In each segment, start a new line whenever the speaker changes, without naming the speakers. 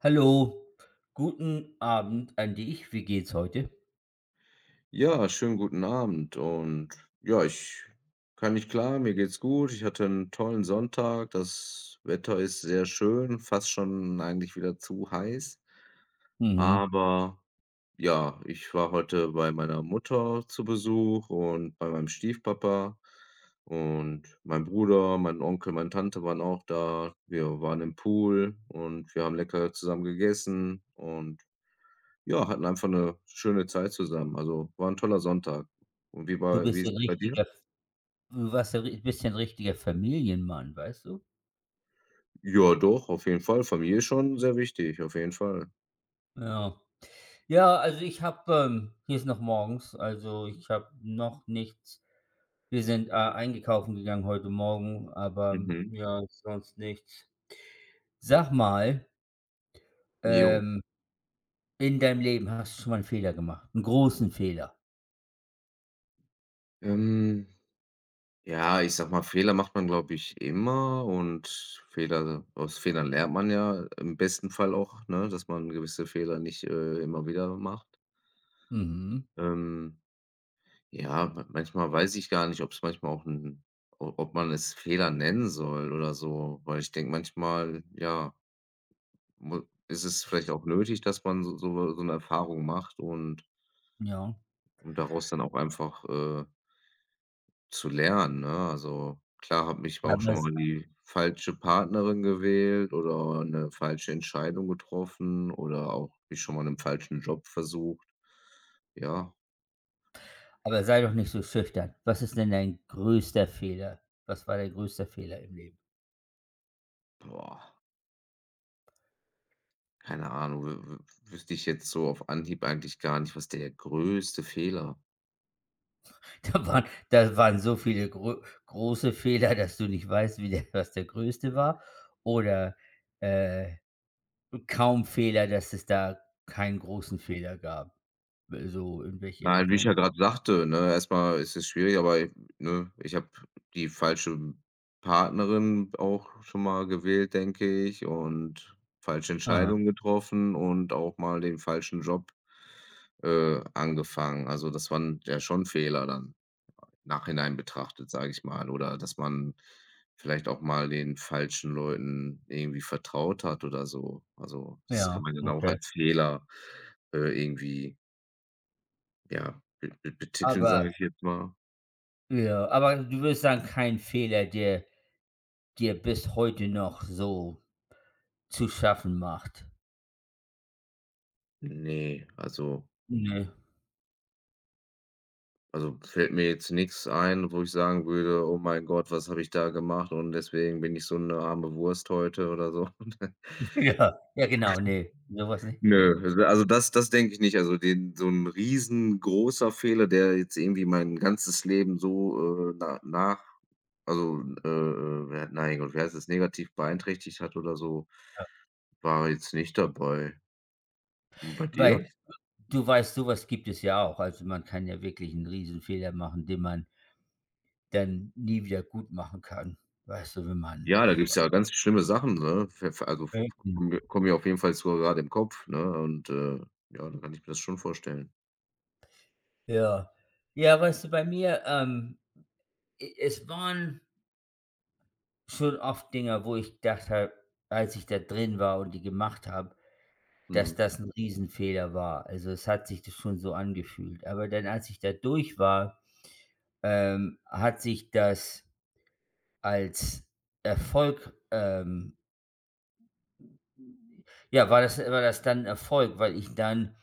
Hallo, guten Abend an dich. Wie geht's heute?
Ja, schönen guten Abend und ja, ich kann nicht klagen, mir geht's gut. Ich hatte 'n tollen Sonntag. Das Wetter ist sehr schön, fast schon eigentlich wieder zu heiß.
Mhm.
Aber ja, ich war heute bei meiner Mutter zu Besuch und bei meinem Stiefpapa und mein Bruder, mein Onkel, meine Tante waren auch da. Wir waren im Pool und wir haben lecker zusammen gegessen und ja, hatten einfach 'ne schöne Zeit zusammen. Also, war 'n toller Sonntag. Und wie
Du
war wie
bist
ist
ein
es bei dir?
richtiger F du warst 'n ri Bist ja richtiger Familienmann, weißt du?
Ja, doch, auf jeden Fall. Familie ist schon sehr wichtig, auf jeden Fall.
Ja. Ja, also ich habe, hier ist noch morgens, also ich habe noch nichts. Wir sind, einkaufen gegangen heute Morgen, aber
Mhm.
ja, sonst nichts. Sag mal,
Jo.
ähm, in deinem Leben, hast du schon mal 'n Fehler gemacht, einen großen Fehler?
Ähm, ja, ich sage mal, Fehler macht man, glaube ich, immer und Fehler aus Fehlern lernt man ja im besten Fall auch, ne, dass man gewisse Fehler nicht, immer wieder macht.
Mhm,
Ähm, ja, ma manchmal weiß ich gar nicht, ob's manchmal auch 'n o ob man es Fehler nennen soll oder so, weil ich denke manchmal, ja Mu ist es vielleicht auch nötig, dass man so so 'ne Erfahrung macht, und
ja.
um daraus dann auch einfach, zu lernen, ne? Also, klar habe ich auch
Aber
schon mal die falsche Partnerin gewählt oder eine falsche Entscheidung getroffen oder auch mich schon mal 'nen falschen Job versucht. Ja,
Aber sei doch nicht so schüchtern. Was ist denn dein größter Fehler? Was war dein größter Fehler im Leben?
boah, keine Ahnung, wü wü wüsste ich jetzt so auf Anhieb eigentlich gar nicht, was der größte Fehler.
Da waren so viele grö große Fehler, dass du nicht weißt, wie der was der größte war, oder, äh, kaum Fehler, dass es da keinen großen Fehler gab? So in welche
Nein, wie ich ja
Richtung?
gerade sagte, ne, erstmal ist es schwierig, aber, ne, ich habe die falsche Partnerin auch schon mal gewählt, denke ich, und falsche
Aha,
Entscheidungen getroffen und auch mal den falschen Job, angefangen. Also, das waren ja schon Fehler dann, im Nachhinein betrachtet, sage ich mal, oder dass man vielleicht auch mal den falschen Leuten irgendwie vertraut hat oder so. Also, das
ja,
kann man dann auch
okay.
als Fehler, irgendwie ja, be be betiteln,
Aber
sage ich jetzt mal,
ja, aber du würdest sagen, kein Fehler, der dir bis heute noch so zu schaffen macht?
ne, also
Ne.
also fällt mir jetzt nix ein, wo ich sagen würde: „Oh mein Gott, was habe ich da gemacht und deswegen bin ich so eine arme Wurst heute“ oder so.
Ja, ja, genau, ne, sowas nicht, ne.
Nö, also das denke ich nicht. Also den so 'n riesengroßer Fehler, der jetzt irgendwie mein ganzes Leben so, na nach also, nein, Gott, wie heißt das, negativ beeinträchtigt hat oder so, war jetzt nicht dabei. Und bei dir?
Weil du weißt, sowas gibt es ja auch. Also, man kann ja wirklich einen riesen Fehler machen, den man dann nie wieder gut machen kann. Weißt du, wenn man
Ja, da gibt's ja
was.
ganz schlimme Sachen, ne? Ver ver Also, kommen mir auf jeden Fall so gerade im Kopf, ne? Und, ja, dann kann ich mir das schon vorstellen.
Ja. Ja, weißt du, bei mir, e es waren schon oft Dinger, wo ich gedacht habe, als ich da drin war und die gemacht habe, dass
Mhm.
das ein Riesenfehler war. Also, es hat sich das schon so angefühlt. Aber dann, als ich da durch war, hat sich das. Als Erfolg, ja, war das dann Erfolg, weil ich dann,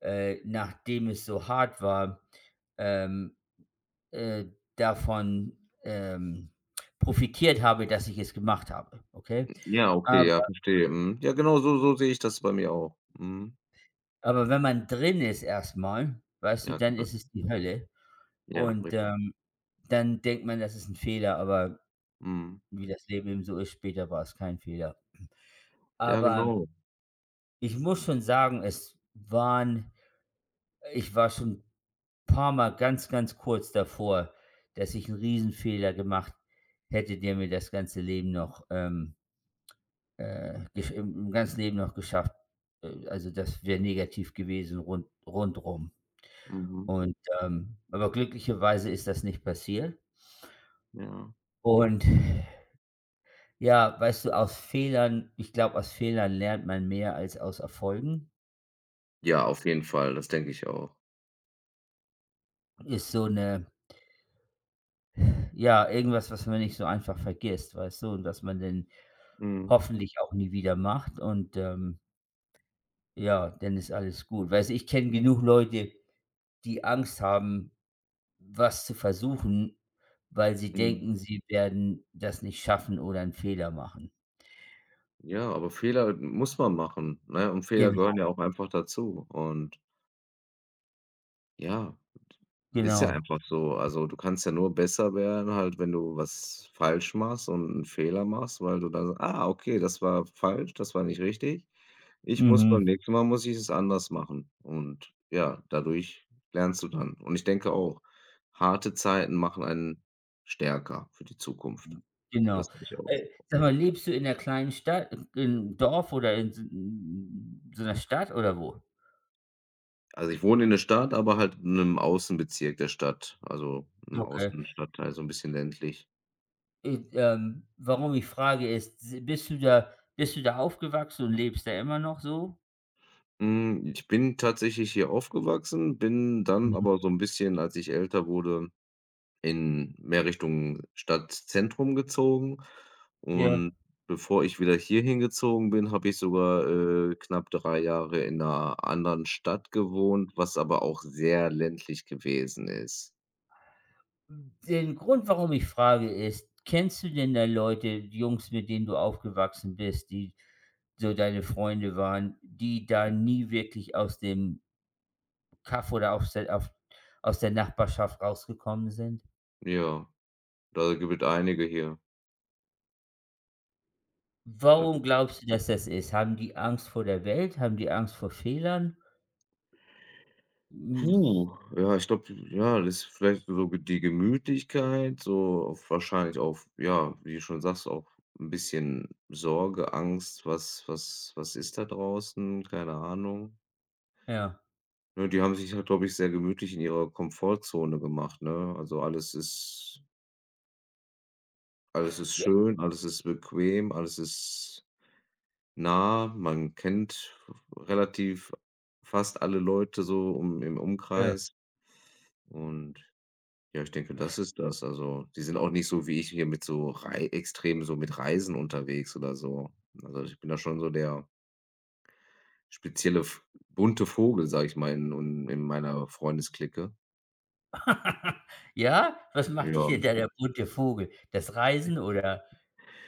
nachdem es so hart war, ähm, äh, davon, ähm, profitiert habe, dass ich es gemacht habe, okay?
Ja, okay,
Aber
ja, verstehe. Mhm. Ja, genau, so sehe ich das bei mir auch. Mhm.
aber wenn man drin ist erstmal, weißt du,
Ja,
dann
genau.
ist es die Hölle
Ja,
und,
richtig.
dann denkt man, das ist ein Fehler, aber
Mhm.
wie das Leben eben so ist, später war es kein Fehler.
Ja,
Aber
genau.
ich muss schon sagen, es waren. Ich war schon 'n paar Mal ganz, ganz kurz davor, dass ich einen Riesenfehler gemacht hätte, der mir das ganze Leben noch, gesch im im ganzen Leben noch geschafft, also, das wäre negativ gewesen rundrum.
Mhm.
Und, aber glücklicherweise ist das nicht passiert.
Ja.
Und ja, weißt du, aus Fehlern ich glaube, aus Fehlern lernt man mehr als aus Erfolgen.
Ja, auf jeden Fall, das denke ich auch.
Ist so 'ne, ja, irgendwas, was man nicht so einfach vergisst, weißt du? Und was man dann
Mhm.
hoffentlich auch nie wieder macht und, ja, dann ist alles gut. Weißt du, ich kenne genug Leute, die Angst haben, was zu versuchen, weil sie
Mhm.
denken, sie werden das nicht schaffen oder einen Fehler machen.
Ja, aber Fehler muss man machen, ne? Und Fehler gehören
Genau,
ja auch einfach dazu und ja. Ist ja
genau.
einfach so. Also, du kannst ja nur besser werden halt, wenn du was falsch machst und einen Fehler machst, weil du dann: „Ah, okay, das war falsch, das war nicht richtig. Ich muss beim
Mhm,
nächsten Mal muss ich es anders machen.“ Und ja, dadurch lernst du dann. Und ich denke auch, harte Zeiten machen einen stärker für die Zukunft. Das
genau.
habe ich auch.
Sag mal, lebst du in 'ner kleinen Stadt, im Dorf oder in s n so einer Stadt oder wo?
Also, ich wohne in der Stadt, aber halt in einem Außenbezirk der Stadt, also, im
Okay.
Außenstadtteil, so ein bisschen ländlich.
Warum ich frage ist, s bist du da aufgewachsen und lebst da immer noch so?
Hm, ich bin tatsächlich hier aufgewachsen, bin dann
Mhm.
aber so 'n bisschen, als ich älter wurde, in mehr Richtung Stadtzentrum gezogen.
Ja.
Und bevor ich wieder hier hingezogen bin, habe ich sogar, knapp 3 Jahre in 'ner anderen Stadt gewohnt, was aber auch sehr ländlich gewesen ist.
Den Grund, warum ich frage, ist, kennst du denn da Leute, die Jungs, mit denen du aufgewachsen bist, die so deine Freunde waren, die da nie wirklich aus dem Kaff oder aus der, auf, aus der Nachbarschaft rausgekommen sind?
Ja, da gibt einige hier. Da
Warum glaubst du, dass das ist? Haben die Angst vor der Welt? Haben die Angst vor Fehlern? Hm,
Ja, ich glaube, ja, das ist vielleicht so ge die Gemütlichkeit, so auf wahrscheinlich auf ja, wie du schon sagst, auch ein bisschen Sorge, Angst, was ist da draußen? Keine Ahnung.
ja.
Ne, die haben sich halt, glaube ich, sehr gemütlich in ihrer Komfortzone gemacht, ne? Also, alles ist
Ge
schön, alles ist bequem, alles ist nah. Man kennt relativ fast alle Leute so um im
ja.
Umkreis und ja, ich denke, das ist das. Also, die sind auch nicht so wie ich hier mit so rei extrem so mit Reisen unterwegs oder so. Also, ich bin da schon so der spezielle v bunte Vogel, sage ich mal, in meiner Freundesclique.
Ja? Was macht dich
Ja.
denn da der bunte Vogel? Das Reisen oder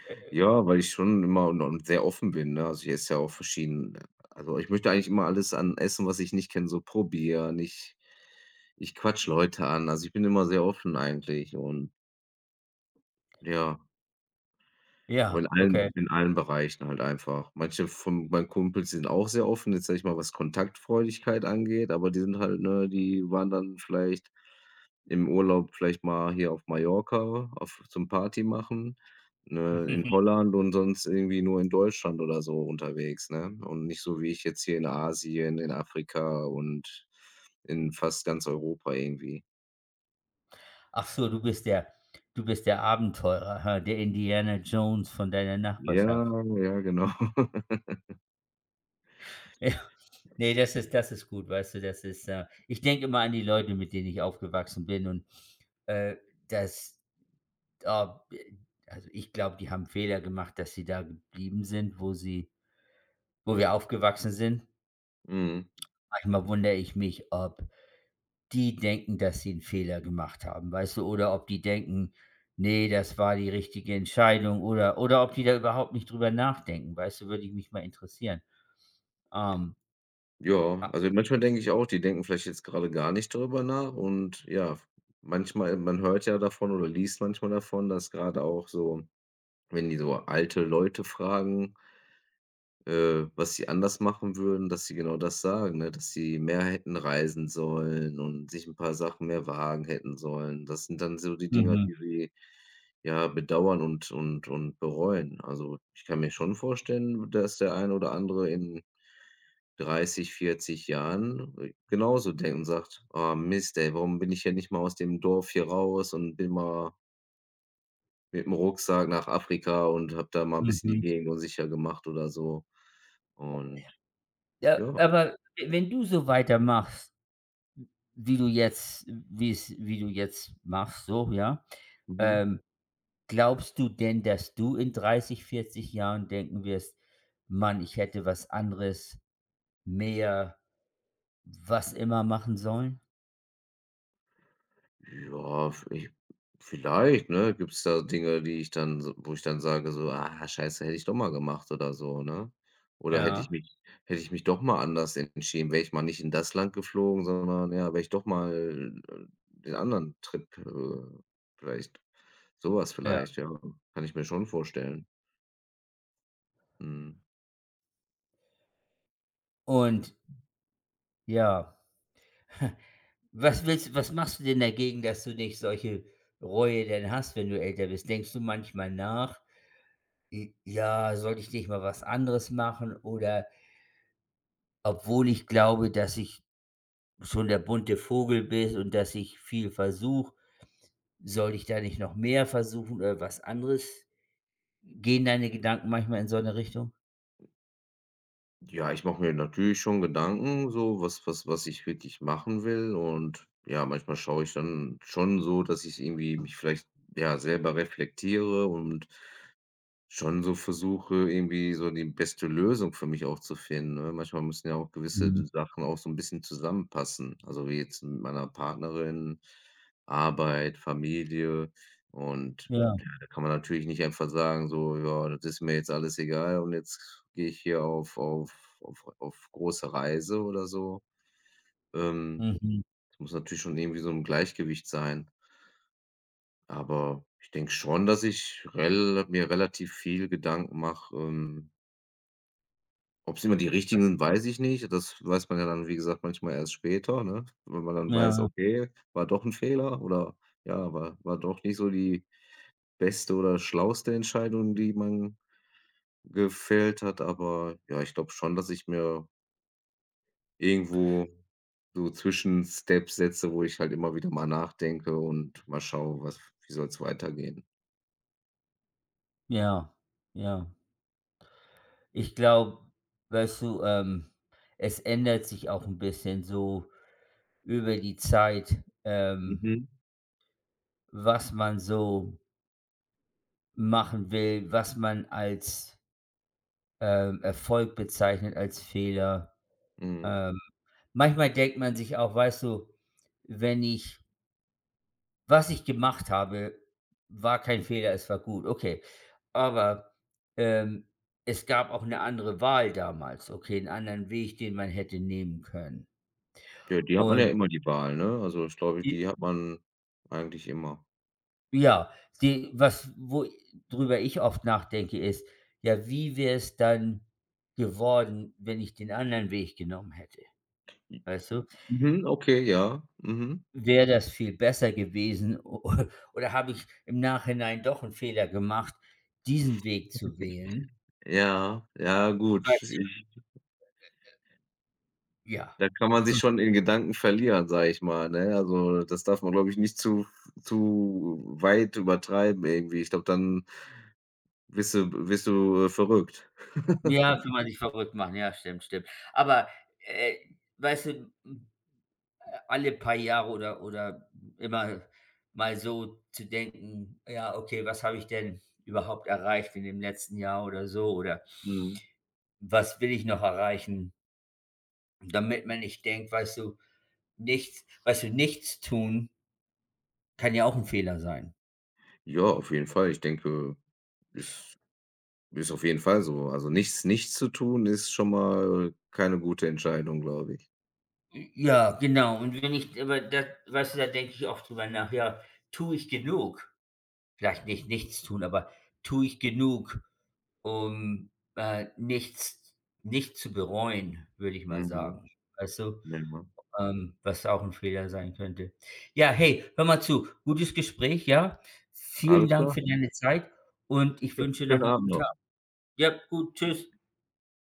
äh,
Ja, weil ich schon immer sehr offen bin, ne? Also, ich esse ja auch verschieden, ne? Also, ich möchte eigentlich immer alles an Essen, was ich nicht kenne, so probieren. Ich quatsche Leute an. Also, ich bin immer sehr offen eigentlich und ja. Aber in
ja,
allen
okay.
in allen Bereichen halt einfach. Manche von meinen Kumpels, die sind auch sehr offen, jetzt sag ich mal, was Kontaktfreudigkeit angeht, aber die sind halt ne, die waren dann vielleicht im Urlaub vielleicht mal hier auf Mallorca auf zum Party machen, ne, in Holland und sonst irgendwie nur in Deutschland oder so unterwegs, ne? Und nicht so wie ich jetzt hier in Asien, in Afrika und in fast ganz Europa irgendwie.
Ach so, du bist der Abenteurer, ha, der Indiana Jones von deiner
Ja,
Nachbarschaft.
ja, genau.
Ja. Ne, das ist gut, weißt du, das ist, ich denke immer an die Leute, mit denen ich aufgewachsen bin und, äh, das da b also, ich glaube, die haben Fehler gemacht, dass sie da geblieben sind, wo wir aufgewachsen sind.
Mhm.
Manchmal wundere ich mich, ob die denken, dass sie einen Fehler gemacht haben, weißt du? Oder ob die denken: nee, das war die richtige Entscheidung, oder ob die da überhaupt nicht drüber nachdenken, weißt du? Würde ich mich mal interessieren. Ähm,
Ja,
a
also manchmal denke ich auch, die denken vielleicht jetzt gerade gar nicht darüber nach und ja, manchmal man hört ja davon oder liest manchmal davon, dass gerade auch so, wenn die so alte Leute fragen was sie anders machen würden, dass sie genau das sagen, ne? Dass sie mehr hätten reisen sollen und sich ein paar Sachen mehr wagen hätten sollen. Das sind dann so die Dinger,
mhm,
die sie, ja, bedauern und bereuen. Also, ich kann mir schon vorstellen, dass der ein oder andere in 30, 40 Jahren, genauso denkt und sagt: „Ah, Mist, ey, warum bin ich ja nicht mal aus dem Dorf hier raus und bin mal mit dem Rucksack nach Afrika und habe da mal ein bisschen die
mhm.
Gegend unsicher gemacht“ oder so. Und
Ja,
ja,
aber wenn du so weitermachst, wie du jetzt machst, so, ja,
mhm.
ähm, glaubst du denn, dass du in 30, 40 Jahren denken wirst: „Mann, ich hätte was anderes, mehr, was immer machen sollen?“
Ja, v ich vielleicht, ne? Gibt's da Dinge, die ich dann so wo ich dann sage so: „Ah, scheiße, hätte ich doch mal gemacht“ oder so, ne? Oder hätte ich
Ja,
mich hätte ich mich doch mal anders entschieden, wäre ich mal nicht in das Land geflogen, sondern ja, wäre ich doch mal, den anderen Trip, vielleicht sowas
ja.
vielleicht, ja. Kann ich mir schon vorstellen. Mhm.
Und ja, was machst du denn dagegen, dass du nicht solche Reue denn hast, wenn du älter bist? Denkst du manchmal nach: „J ja, sollte ich nicht mal was anderes machen?“ Oder obwohl ich glaube, dass ich schon der bunte Vogel bin und dass ich viel versuche, soll ich da nicht noch mehr versuchen oder was anderes? Gehen deine Gedanken manchmal in so eine Richtung?
Ja, ich mache mir natürlich schon Gedanken, so was ich wirklich machen will und ja, manchmal schaue ich dann schon so, dass ich irgendwie mich vielleicht, ja, selber reflektiere und schon so versuche, irgendwie so die beste Lösung für mich auch zu finden, ne? Manchmal müssen ja auch gewisse
Mhm.
Sachen auch so ein bisschen zusammenpassen. Also, wie jetzt mit meiner Partnerin, Arbeit, Familie und
Ja.
ja, da kann man natürlich nicht einfach sagen so: „Ja, das ist mir jetzt alles egal und jetzt gehe ich hier auf große Reise“ oder so. Ähm,
Mhm.
es muss natürlich schon irgendwie so ein Gleichgewicht sein. Aber ich denke schon, dass ich rel mir relativ viel Gedanken mache, ob's immer die richtigen sind, weiß ich nicht. Das weiß man ja dann, wie gesagt, manchmal erst später, ne? Wenn man dann weiß:
Ja,
„Okay, war doch 'n Fehler“ oder ja, war war doch nicht so die beste oder schlauste Entscheidung, die man gefällt hat. Aber ja, ich glaube schon, dass ich mir irgendwo so Zwischensteps setze, wo ich halt immer wieder mal nachdenke und mal schaue, was wie soll's weitergehen?
ja, ja. Ich glaube, weißt du, es ändert sich auch ein bisschen so über die Zeit,
Mhm.
was man so machen will, was man als, Erfolg bezeichnet, als Fehler.
Mhm.
Ähm, manchmal denkt man sich auch, weißt du, wenn ich was ich gemacht habe, war kein Fehler, es war gut, okay. Aber, ähm, es gab auch eine andere Wahl damals, okay, einen anderen Weg, den man hätte nehmen können.
Ja, die hat man ja
Und
immer die Wahl, ne? Also, ich glaube, die hat man eigentlich immer.
ja, die was wo drüber ich oft nachdenke, ist: „Ja, wie wäre es dann geworden, wenn ich den anderen Weg genommen hätte?“ Weißt du?
Mhm, okay, ja. Mhm.
Wäre das viel besser gewesen o oder habe ich im Nachhinein doch einen Fehler gemacht, diesen Weg zu wählen?
Ja, ja gut.
Weißt du,
Ich
ja,
da kann man
du
sich
ver
schon in Gedanken verlieren, sage ich mal, ne? Also, das darf man, glaube ich, nicht zu weit übertreiben irgendwie. Ich glaube, dann bist du, verrückt.
ja, kann man sich verrückt machen. Ja, stimmt, stimmt. Aber, äh, weißt du, alle paar Jahre oder immer mal so zu denken: „Ja, okay, was habe ich denn überhaupt erreicht in dem letzten Jahr oder so, oder
Mhm.
was will ich noch erreichen?“ Damit man nicht denkt, weißt du, nichts, weißt du, nichts tun kann ja auch ein Fehler sein.
Ja, auf jeden Fall. Ich denke, ist ist auf jeden Fall so. Also, nichts zu tun ist schon mal keine gute Entscheidung, glaube ich.
Ja, genau. Und wenn ich aber das, weißt du, da denke ich auch drüber nach: „Ja, tue ich genug?“ Vielleicht nicht nichts tun, aber tue ich genug, um, äh, nichts nicht zu bereuen, würde ich mal
Mhm.
sagen. Weißt du,
Ja.
was auch ein Fehler sein könnte. Ja, hey, hör mal zu, gutes Gespräch, ja? Vielen
Alles
Dank
klar.
für deine Zeit und ich wünsche noch
Schönen
einen
Abend
guten
noch.
Tag. Ja, gut, tschüss.